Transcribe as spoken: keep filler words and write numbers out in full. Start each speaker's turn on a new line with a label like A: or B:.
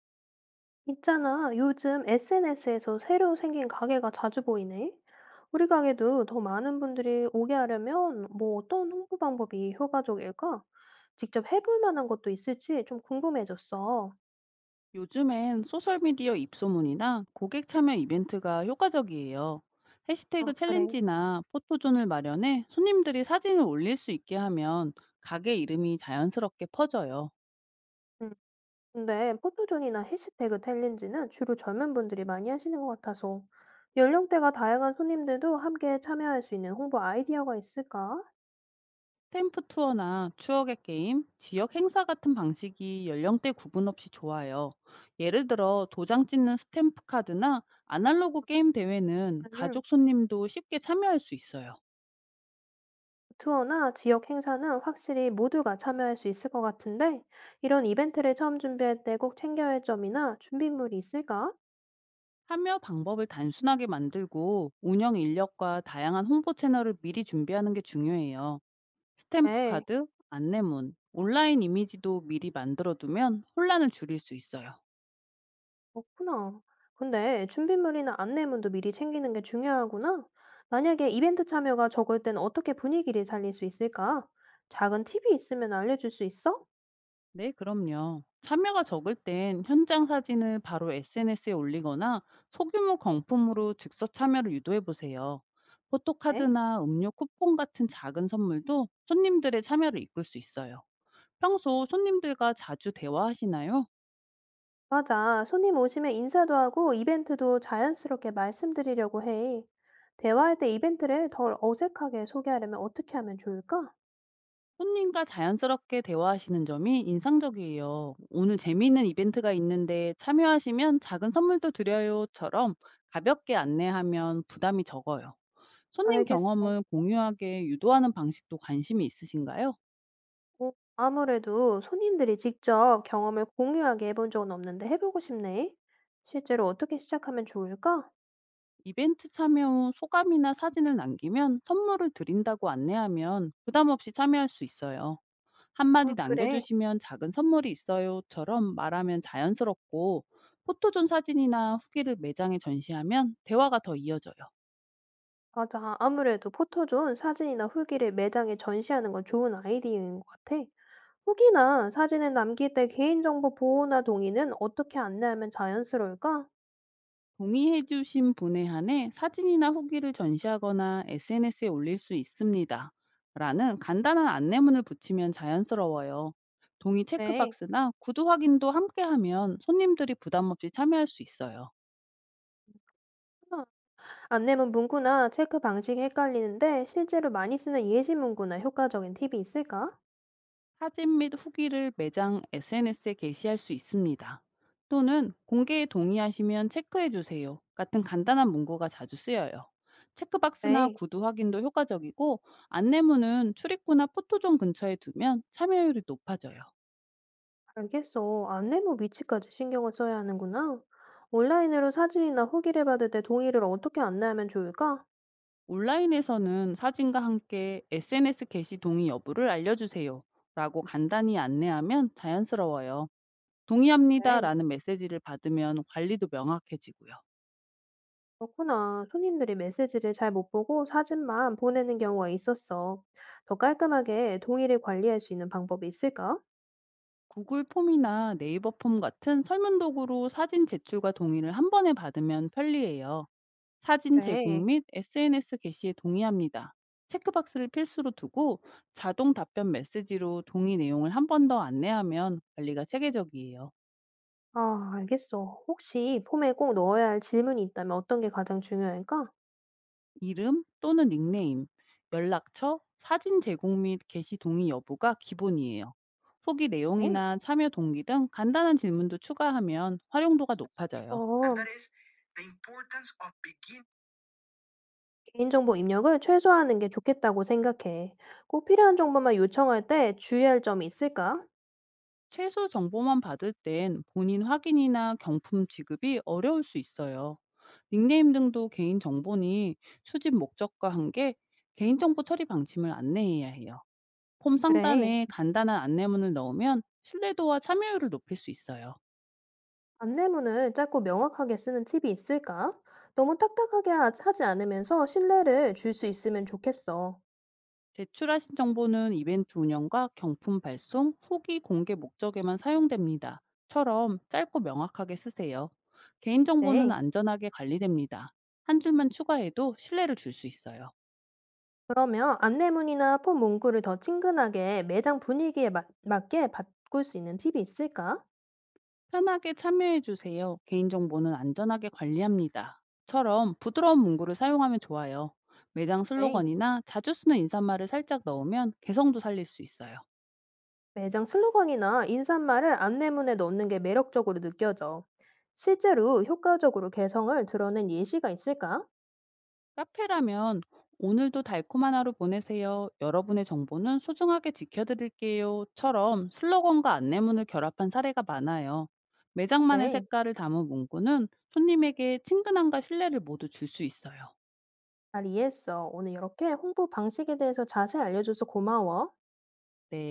A: 있잖아, 요즘 에스엔에스에서 새로 생긴 가게가 자주 보이네. 우리 가게도 더 많은 분들이 오게 하려면 뭐 어떤 홍보 방법이 효과적일까? 직접 해볼 만한 것도 있을지 좀 궁금해졌어.
B: 요즘엔 소셜미디어 입소문이나 고객 참여 이벤트가 효과적이에요. 해시태그
A: 아, 그래.
B: 챌린지나 포토존을 마련해 손님들이 사진을 올릴 수 있게 하면 가게 이름이 자연스럽게 퍼져요.
A: 응. 근데 포토존이나 해시태그 챌린지는 주로 젊은 분들이 많이 하시는 것 같아서 연령대가 다양한 손님들도 함께 참여할 수 있는 홍보 아이디어가 있을까?
B: 스탬프 투어나 추억의 게임, 지역 행사 같은 방식이 연령대 구분 없이 좋아요. 예를 들어 도장 찍는 스탬프 카드나 아날로그 게임 대회는
A: 음.
B: 가족 손님도 쉽게 참여할 수 있어요.
A: 투어나 지역 행사는 확실히 모두가 참여할 수 있을 것 같은데, 이런 이벤트를 처음 준비할 때 꼭 챙겨야 할 점이나 준비물이 있을까?
B: 참여 방법을 단순하게 만들고 운영 인력과 다양한 홍보 채널을 미리 준비하는 게 중요해요. 스탬프
A: 에,
B: 카드, 안내문, 온라인 이미지도 미리 만들어두면 혼란을 줄일 수 있어요.
A: 없구나. 근데 준비물이나 안내문도 미리 챙기는 게 중요하구나. 만약에 이벤트 참여가 적을 땐 어떻게 분위기를 살릴 수 있을까? 작은 팁이 있으면 알려줄 수 있어?
B: 네, 그럼요. 참여가 적을 땐 현장 사진을 바로 에스엔에스에 올리거나 소규모 경품으로 즉석 참여를 유도해 보세요.
A: 에?
B: 포토카드나 음료 쿠폰 같은 작은 선물도 손님들의 참여를 이끌 수 있어요. 평소 손님들과 자주 대화하시나요?
A: 맞아. 손님 오시면 인사도 하고 이벤트도 자연스럽게 말씀드리려고 해. 대화할 때 이벤트를 덜 어색하게 소개하려면 어떻게 하면 좋을까?
B: 손님과 자연스럽게 대화하시는 점이 인상적이에요. 오늘 재미있는 이벤트가 있는데 참여하시면 작은 선물도 드려요처럼 가볍게 안내하면 부담이 적어요. 손님
A: 알겠어.
B: 경험을 공유하게 유도하는 방식도 관심이 있으신가요?
A: 어, 아무래도 손님들이 직접 경험을 공유하게 해본 적은 없는데 해보고 싶네. 실제로 어떻게 시작하면 좋을까?
B: 이벤트 참여 후 소감이나 사진을 남기면 선물을 드린다고 안내하면 부담 없이 참여할 수 있어요. 한마디
A: 아, 그래.
B: 남겨주시면 작은 선물이 있어요처럼 말하면 자연스럽고 포토존 사진이나 후기를 매장에 전시하면 대화가 더 이어져요.
A: 맞아. 아무래도 포토존 사진이나 후기를 매장에 전시하는 건 좋은 아이디어인 것 같아. 후기나 사진을 남길 때 개인정보 보호나 동의는 어떻게 안내하면 자연스러울까?
B: 동의해주신 분에 한해 사진이나 후기를 전시하거나 에스엔에스에 올릴 수 있습니다. 라는 간단한 안내문을 붙이면 자연스러워요. 동의
A: 네.
B: 체크박스나 구두 확인도 함께 하면 손님들이 부담 없이 참여할 수 있어요.
A: 아, 안내문 문구나 체크 방식이 헷갈리는데 실제로 많이 쓰는 예시 문구나 효과적인 팁이 있을까?
B: 사진 및 후기를 매장 에스엔에스에 게시할 수 있습니다. 또는 공개에 동의하시면 체크해 주세요. 같은 간단한 문구가 자주 쓰여요. 체크박스나
A: 네.
B: 구두 확인도 효과적이고 안내문은 출입구나 포토존 근처에 두면 참여율이 높아져요.
A: 알겠어. 안내문 위치까지 신경을 써야 하는구나. 온라인으로 사진이나 후기를 받을 때 동의를 어떻게 안내하면 좋을까?
B: 온라인에서는 사진과 함께 에스엔에스 게시 동의 여부를 알려주세요. 라고 간단히 안내하면 자연스러워요. 동의합니다.
A: 네.
B: 라는 메시지를 받으면 관리도 명확해지고요.
A: 그렇구나. 손님들이 메시지를 잘 못 보고 사진만 보내는 경우가 있었어. 더 깔끔하게 동의를 관리할 수 있는 방법이 있을까?
B: 구글 폼이나 네이버 폼 같은 설문 도구로 사진 제출과 동의를 한 번에 받으면 편리해요. 사진
A: 네.
B: 제공 및 에스엔에스 게시에 동의합니다. 체크박스를 필수로 두고 자동 답변 메시지로 동의 내용을 한 번 더 안내하면 관리가 체계적이에요.
A: 아, 알겠어. 혹시 폼에 꼭 넣어야 할 질문이 있다면 어떤 게 가장 중요할까?
B: 이름 또는 닉네임, 연락처, 사진 제공 및 게시 동의 여부가 기본이에요. 후기
A: 네.
B: 내용이나 참여 동기 등 간단한 질문도 추가하면 활용도가 높아져요.
A: 어, 개인정보 입력을 최소화하는 게 좋겠다고 생각해. 꼭 필요한 정보만 요청할 때 주의할 점이 있을까?
B: 최소 정보만 받을 땐 본인 확인이나 경품 지급이 어려울 수 있어요. 닉네임 등도 개인 정보니 수집 목적과 한계, 개인정보 처리 방침을 안내해야 해요. 폼
A: 그래.
B: 상단에 간단한 안내문을 넣으면 신뢰도와 참여율을 높일 수 있어요.
A: 안내문을 짧고 명확하게 쓰는 팁이 있을까? 너무 딱딱하게 하- 하지 않으면서 신뢰를 줄 수 있으면 좋겠어.
B: 제출하신 정보는 이벤트 운영과 경품 발송, 후기 공개 목적에만 사용됩니다. 처럼 짧고 명확하게 쓰세요. 개인정보는
A: 그래.
B: 안전하게 관리됩니다. 한 줄만 추가해도 신뢰를 줄 수 있어요.
A: 그러면 안내문이나 폰 문구를 더 친근하게 매장 분위기에 맞, 맞게 바꿀 수 있는 팁이 있을까?
B: 편하게 참여해 주세요. 개인정보는 안전하게 관리합니다. 처럼 부드러운 문구를 사용하면 좋아요. 매장
A: 그래.
B: 슬로건이나 자주 쓰는 인사말을 살짝 넣으면 개성도 살릴 수 있어요.
A: 매장 슬로건이나 인사말을 안내문에 넣는 게 매력적으로 느껴져. 실제로 효과적으로 개성을 드러낸 예시가 있을까?
B: 카페라면 오늘도 달콤한 하루 보내세요. 여러분의 정보는 소중하게 지켜드릴게요. 처럼 슬로건과 안내문을 결합한 사례가 많아요. 매장만의
A: 네,
B: 색깔을 담은 문구는 손님에게 친근함과 신뢰를 모두 줄 수 있어요.
A: 잘 이해했어. 오늘 이렇게 홍보 방식에 대해서 자세히 알려줘서 고마워.
B: 네.